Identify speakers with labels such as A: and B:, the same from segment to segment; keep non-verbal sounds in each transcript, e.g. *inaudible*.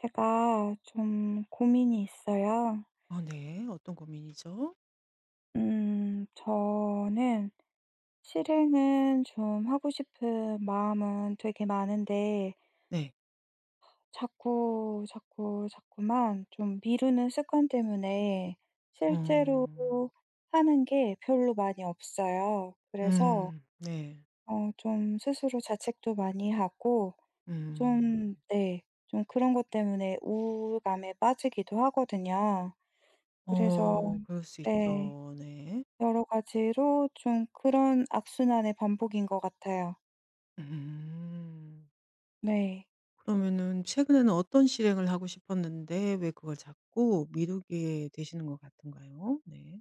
A: 제가 좀 고민이 있어요.
B: 어, 네. 어떤 고민이죠?
A: 저는 실행은 좀 하고 싶은 마음은 되게 많은데,
B: 네.
A: 자꾸, 자꾸, 자꾸만 좀 미루는 습관 때문에
B: 어.
A: 실제로 하는 게 별로 많이 없어요. 그래서,
B: 음. 네.
A: 좀 스스로 자책도 많이 하고,
B: 음.
A: 좀, 네, 좀 그런 것 때문에 우울감에 빠지기도 하거든요. 그래서,
B: 어, 그럴 수
A: 네.
B: 있죠. 네.
A: 여러 가지로 좀 그런 악순환의 반복인 것 같아요.
B: 음.
A: 네.
B: 그러면은 최근에는 어떤 실행을 하고 싶었는데 왜 그걸 자꾸 미루게 되시는 것 같은가요? 네.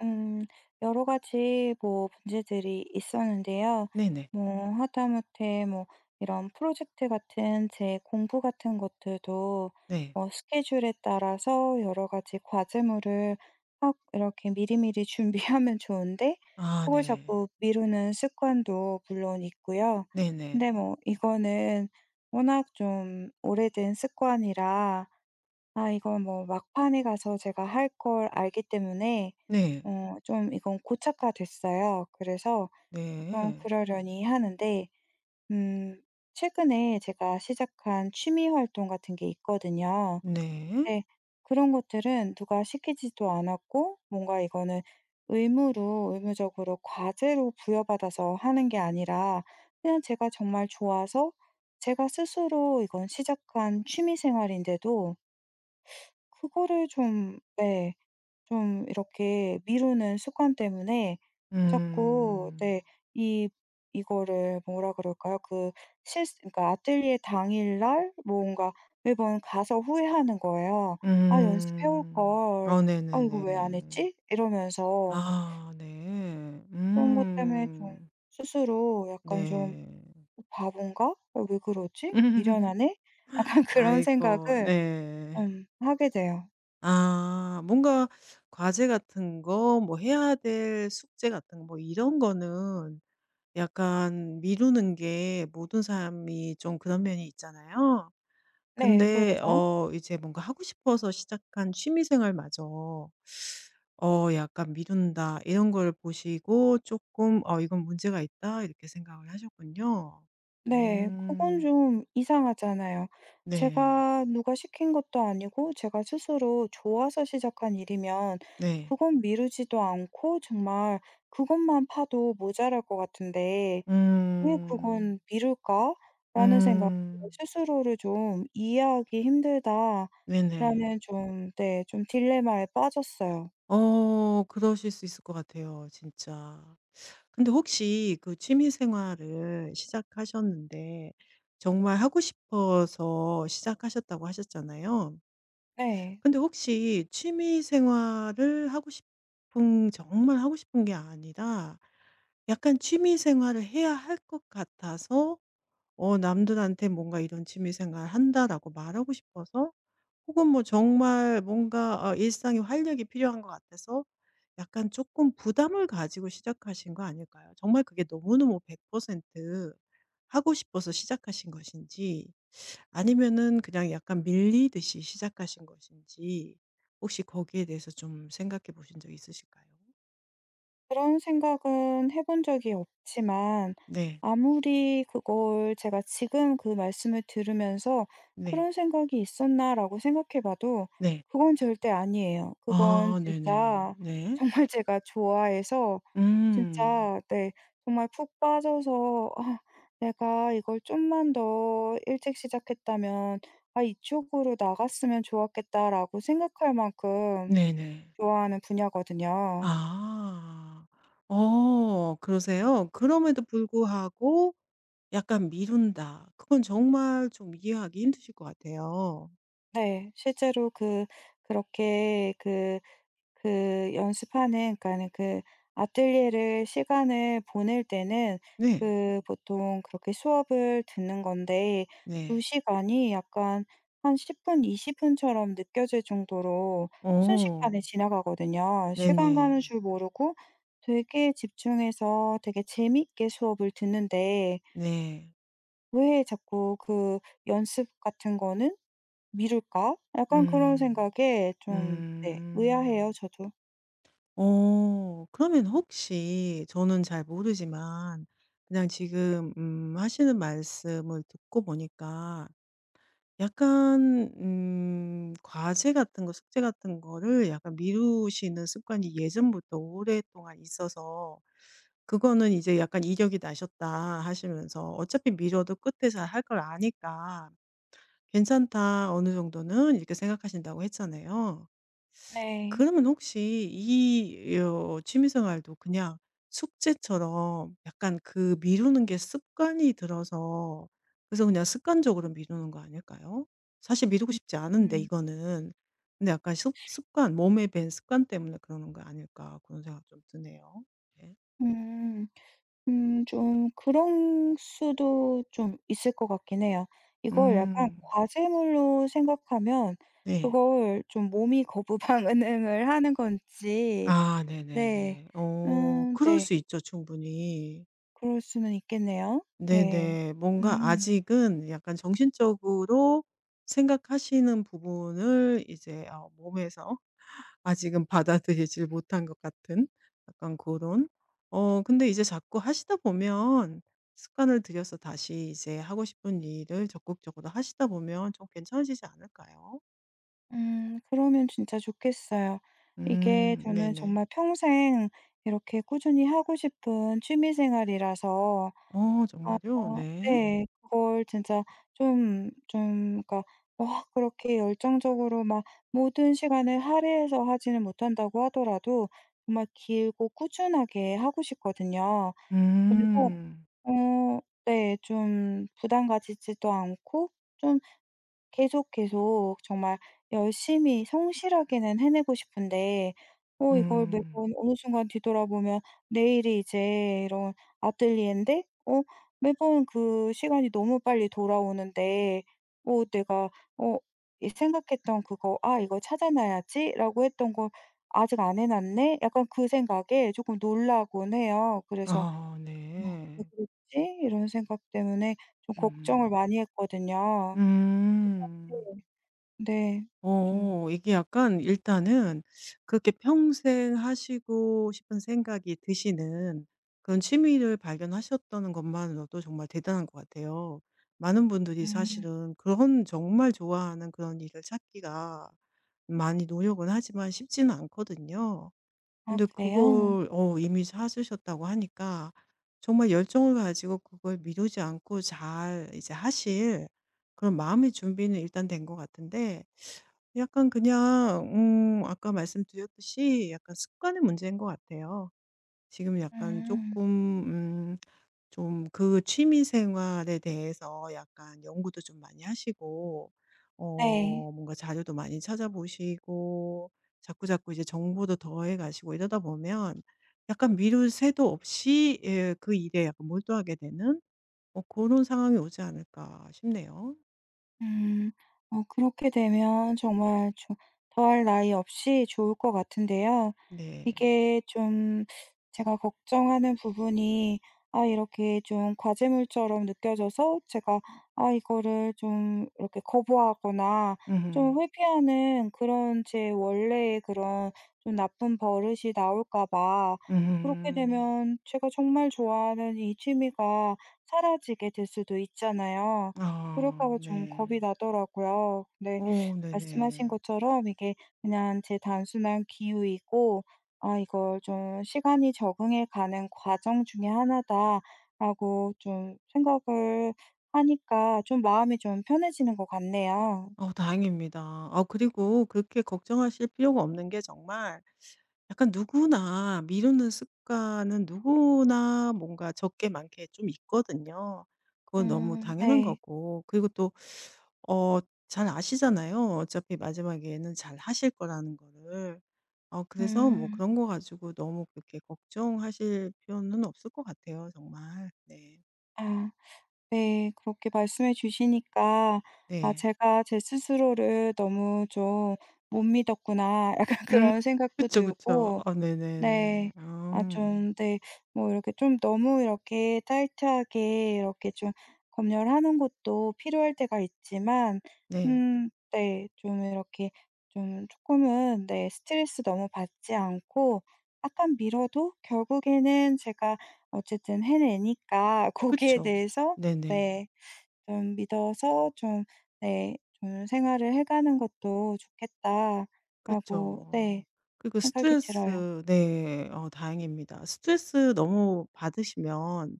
A: 음 여러 가지 뭐 문제들이 있었는데요.
B: 네네.
A: 뭐 하다못해 뭐 이런 프로젝트 같은 제 공부 같은 것들도
B: 네.
A: 뭐 스케줄에 따라서 여러 가지 과제물을 확 이렇게 미리미리 *laughs* 준비하면 좋은데
B: 아,
A: 그걸
B: 네.
A: 자꾸 미루는 습관도 물론 있고요.
B: 네네.
A: 근데 뭐 이거는 워낙 좀 오래된 습관이라 아 이건 뭐 막판에 가서 제가 할 걸 알기 때문에
B: 네.
A: 좀 이건 고착화 됐어요. 그래서 가
B: 네.
A: 그러려니 하는데 음 최근에 제가 시작한 취미 활동 같은 게 있거든요.
B: 네.
A: 근데 그런 것들은 누가 시키지도 않았고 뭔가 이거는 의무로 의무적으로 과제로 부여받아서 하는 게 아니라 그냥 제가 정말 좋아서 제가 스스로 이건 시작한 취미 생활인데도 그거를 좀 네. 좀 이렇게 미루는 습관 때문에 자꾸
B: 음.
A: 네. 이 이거를 뭐라 그럴까요? 그 실 그러니까 아뜰리에 당일날 뭔가 매번 가서 후회하는 거예요. '아 연습해 올
B: 음.
A: 걸.
B: 어,
A: 아 이거 왜 안
B: 네네네.
A: 했지?' 이러면서
B: 아, 네.
A: 그런 것 때문에 좀
B: 음.
A: 스스로 약간 좀
B: 네.
A: '어 바본가? 어 왜 그러지?
B: *laughs*
A: 미련하네?' 약간 *laughs* 그런
B: 아이고,
A: 생각을
B: 네.
A: 하게 돼요.
B: 아, 뭔가 과제 같은 거 뭐 해야 될 숙제 같은 거 뭐 이런 거는 약간 미루는 게 모든 사람이 좀 그런 면이 있잖아요.
A: 네.
B: 근데
A: 그렇죠.
B: 이제 뭔가 하고 싶어서 시작한 취미 생활마저 약간 미룬다 이런 걸 보시고 조금 '어, 이건 문제가 있다.' 이렇게 생각을 하셨군요.
A: 네. 그건
B: 음.
A: 좀 이상하잖아요.
B: 네.
A: 제가 누가 시킨 것도 아니고 제가 스스로 좋아서 시작한 일이면
B: 네.
A: 그건 미루지도 않고 정말 그것만 파도 모자랄 것 같은데 '왜
B: 음.
A: 그건 미룰까?'라는 생각
B: 음.
A: 스스로를 좀 '이해하기
B: 네네.
A: 힘들다.'라는 좀 네 좀 딜레마에 빠졌어요.
B: 어, 그러실 수 있을 것 같아요 진짜. 근데 혹시 그 취미 생활을 시작하셨는데 정말 하고 싶어서 시작하셨다고 하셨잖아요.
A: 네.
B: 근데 혹시 취미 생활을 하고 싶은 정말 하고 싶은 게 아니라 약간 취미 생활을 해야 할 것 같아서 남들한테 뭔가 "이런 취미 생활 한다."라고 말하고 싶어서 혹은 뭐 정말 뭔가 일상의 활력이 필요한 것 같아서 약간 조금 부담을 가지고 시작하신 거 아닐까요? 정말 그게 너무너무 100% 하고 싶어서 시작하신 것인지 아니면은 그냥 약간 밀리듯이 시작하신 것인지 혹시 거기에 대해서 좀 생각해 보신 적 있으실까요?
A: 그런 생각은 해본 적이 없지만
B: 네.
A: 아무리 그걸 제가 지금 그 말씀을 들으면서
B: 네.
A: '그런 생각이 있었나.'라고 생각해 봐도
B: 네.
A: 그건 절대 아니에요. 그건
B: 아, 네네.
A: 진짜 정말
B: 네.
A: *laughs* 제가 좋아해서
B: 음.
A: 진짜 네 정말 푹 빠져서 '아 내가 이걸 좀만 더 일찍 시작했다면 아 이쪽으로 나갔으면 좋았겠다.'라고 생각할 만큼
B: 네네.
A: 좋아하는 분야거든요.
B: 아. 어, 그러세요? 그럼에도 불구하고 약간 미룬다. 그건 정말 좀 이해하기 힘드실 것 같아요.
A: 네. 실제로 그 그렇게 그 그 연습하는 그러니까는 그 아뜰리에를 시간을 보낼 때는
B: 네.
A: 그 보통 그렇게 수업을 듣는 건데 두
B: 네.
A: 시간이 약간 한 10분, 20 분처럼 느껴질 정도로 순식간에
B: 어.
A: 지나가거든요. 시간
B: 네네.
A: 가는 줄 모르고 되게 집중해서 되게 재밌게 수업을 듣는데
B: 네.
A: 왜 자꾸 그 연습 같은 거는 '미룰까?' 약간 그런
B: 음.
A: 생각에 좀 네 의아해요
B: 음.
A: 저도.
B: 어, 그러면 혹시 저는 잘 모르지만 그냥 지금 하시는 말씀을 듣고 보니까 약간 과제 같은 거 숙제 같은 거를 약간 미루시는 습관이 예전부터 오랫동안 있어서 그거는 이제 약간 "이력이 나셨다." 하시면서 "어차피 미뤄도 끝에 잘 할 걸 아니까 괜찮다. 어느 정도는." 이렇게 생각하신다고 했잖아요.
A: 네.
B: 그러면 혹시 이 취미 생활도 그냥 숙제처럼 약간 그 미루는 게 습관이 들어서 그래서 그냥 습관적으로 미루는 거 아닐까요? 사실 미루고 싶지 않은데
A: 음.
B: 이거는. 근데 약간 습관 몸에 밴 습관 때문에 그러는 거 아닐까 그런 생각 좀 드네요. 네.
A: 음. 좀 그런 수도 좀 있을 것 같긴 해요. 이걸 약간
B: 음.
A: 과제물로 생각하면
B: 네.
A: 그걸 좀 몸이 거부반응을 *laughs* 하는 건지
B: 아,
A: 네.
B: 네네네. 어, 그럴
A: 네.
B: 수 있죠 충분히.
A: 그럴 수는 있겠네요. 네.
B: 네네. 뭔가
A: 음.
B: 아직은 약간 정신적으로 생각하시는 부분을 이제 몸에서 *laughs* 아직은 받아들이질 못한 것 같은 약간 그런 어, 근데 이제 자꾸 하시다 보면 습관을 들여서 다시 이제 하고 싶은 일을 적극적으로 하시다 보면 좀 괜찮아지지 않을까요?
A: 그러면 진짜 좋겠어요. 이게
B: 음,
A: 저는
B: 네네.
A: 정말 평생 이렇게 꾸준히 하고 싶은 취미 생활이라서
B: 어,
A: 어
B: 정말요? 네.
A: 네. 그걸 진짜 좀 그러니까 와 그렇게 열정적으로 막 모든 시간을 할애해서 하지는 못한다고 하더라도 정말 길고 꾸준하게 하고 싶거든요. 그래서
B: 음.
A: 어 네 좀 부담 가지지도 않고 좀 계속 계속 정말 열심히 성실하게는 해내고 싶은데 이걸
B: 음.
A: 매번 어느 순간 뒤돌아보면 내일이 이제 이런 아뜰리에인데 매번 그 시간이 너무 빨리 돌아오는데 내가 어 이 생각했던 그거 '아 이거 찾아놔야지.'라고 했던 걸 '아직 안 해 놨네.' 약간 그 생각에 조금 놀라곤 해요. 그래서
B: 아,
A: 네. '왜
B: 네.
A: 그러지?' 이런 생각 때문에 좀 걱정을
B: 음.
A: 많이 했거든요.
B: 음.
A: 네. 네. 좀
B: 어, 이게 약간 일단은 그렇게 평생 하시고 싶은 생각이 드시는 그런 취미를 발견하셨다는 것만으로도 정말 대단한 것 같아요. 많은 분들이
A: 음.
B: 사실은 그런 정말 좋아하는 그런 일을 찾기가 많이 노력은 하지만 쉽지는 않거든요.
A: 아
B: 근데
A: 그래요?
B: 그걸 이미 사주셨다고 하니까 정말 열정을 가지고 그걸 미루지 않고 잘 이제 하실 그런 마음의 준비는 일단 된 것 같은데 약간 그냥 아까 말씀드렸듯이 약간 습관의 문제인 것 같아요. 지금 약간
A: 음.
B: 조금 음 좀 그 취미 생활에 대해서 약간 연구도 좀 많이 하시고 네.
A: 네.
B: 어, 뭔가 자료도 많이 찾아보시고 자꾸자꾸 이제 정보도 더해 가시고 이러다 보면 약간 미룰 새도 없이 예 그 일에 약간 몰두하게 되는 어런 상황이 오지 않을까 싶네요.
A: 음. 그렇게 되면 정말 좀 더할 나위 없이 좋을 것 같은데요.
B: 네.
A: 이게 좀 제가 걱정하는 부분이 아 이렇게 좀 과제물처럼 느껴져서 제가 아 이거를 좀 이렇게 거부하거나
B: 음음.
A: 좀 회피하는 그런 제 원래의 그런 좀 나쁜 버릇이 나올까 봐 그렇게
B: 음.
A: 되면 제가 정말 좋아하는 이 취미가 사라지게 될 수도 있잖아요. 그럴까
B: 아,
A: 봐 좀
B: 네.
A: 겁이 나더라고요. 근데
B: 오,
A: 말씀하신
B: 네네.
A: 것처럼 이게 그냥 제 단순한 기우이고 아 이걸 좀 '시간이 적응해 가는 과정 중에 하나다.'라고 좀 생각을 하니까 좀 마음이 좀 편해지는 것 같네요.
B: 어, 다행입니다. 아 그리고 그렇게 걱정하실 필요가 없는 게 정말 약간 누구나 미루는 습관은 누구나 뭔가 적게 많게 좀 있거든요. 그건 너무 당연한
A: 네.
B: 거고 그리고 또 어 잘 아시잖아요. 어차피 마지막에는 잘 하실 거라는 거를. 어, 그래서 뭐
A: 음.
B: 그런 거 가지고 너무 그렇게 걱정하실 필요는 없을 것 같아요 정말. 네.
A: 아 네. 그렇게 말씀해 주시니까 '아
B: 네.
A: 제가 제 스스로를 너무 좀 못 믿었구나.' *laughs* 약간
B: 음.
A: 그런 생각도
B: 그쵸, 그쵸.
A: 들고
B: 어, 네네.
A: 네. 아
B: 음.
A: 좀 네. 뭐 이렇게 좀 너무 이렇게 타이트하게 이렇게 좀 검열하는 것도 필요할 때가 있지만
B: 네.
A: 네 좀 이렇게 좀 조금은 네 스트레스 너무 받지 않고 약간 미뤄도 결국에는 제가 어쨌든 해내니까 *laughs* 거기에
B: 그쵸.
A: 대해서
B: 네네.
A: 네 좀 믿어서 좀 네 좀 '생활을 해 가는 것도 좋겠다.'라고 네
B: 그쵸. 그리고
A: 생각이 들어요.
B: 스트레스 네. 어, 다행입니다. 스트레스 너무 받으시면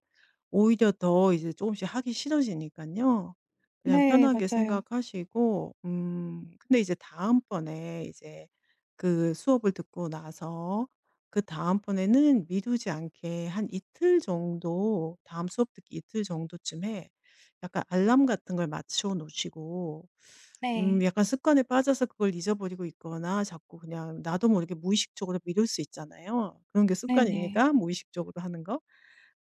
B: 오히려 더 이제 조금씩 하기 싫어지니까요 그냥
A: 네
B: 편하게
A: 맞아요.
B: 생각하시고 근데 이제 다음번에 이제 그 수업을 듣고 나서 그다음번에는 미루지 않게 한 이틀 정도 다음 수업 듣기 이틀 정도쯤에 약간 알람 같은 걸 맞춰 놓으시고
A: 네.
B: 약간 습관에 빠져서 그걸 잊어버리고 있거나 자꾸 그냥 나도 모르게 무의식적으로 미룰 수 있잖아요. 그런 게
A: 네네.
B: 습관이니까 무의식적으로 하는 거.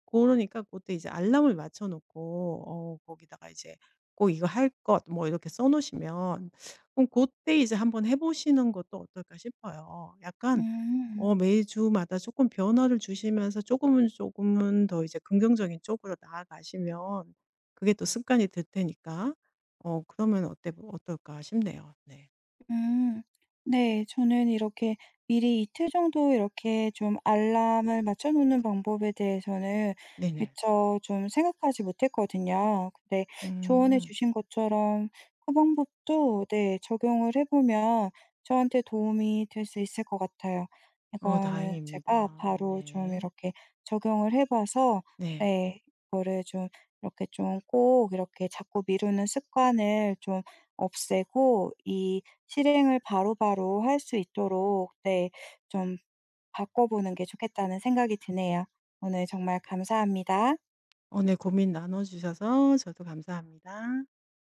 B: 그러니까 그때 이제 알람을 맞춰 놓고 거기다가 이제 꼭 이거 할 것 뭐 이렇게 써 놓으시면 그럼 그때 이제 한번 해 보시는 것도 어떨까 싶어요. 약간
A: 음.
B: 어, 매주마다 조금 변화를 주시면서 조금은 조금은 더 이제 긍정적인 쪽으로 나아가시면 그게 또 습관이 될 테니까 어, 그러면 어때 어떨까 싶네요. 네.
A: 음. 네. 저는 이렇게 미리 이틀 정도 이렇게 좀 알람을 맞춰 놓는 방법에 대해서는
B: 네네.
A: 미처 좀 생각하지 못했거든요. 근데 조언해
B: 음.
A: 주신 것처럼 그 방법도 네 적용을 해 보면 저한테 도움이 될 수 있을 것 같아요.
B: 어,
A: 이거는
B: 다행입니다.
A: 제가 바로 좀
B: 네.
A: 이렇게 적용을 해 봐서
B: 네.
A: 네 이거를 좀 이렇게 좀 꼭 이렇게 자꾸 미루는 습관을 좀 없애고 이 실행을 바로바로 할 수 있도록 네 좀 바꿔보는 게 좋겠다는 생각이 드네요. 오늘 정말 감사합니다.
B: 오늘 고민 나눠 주셔서 저도 감사합니다.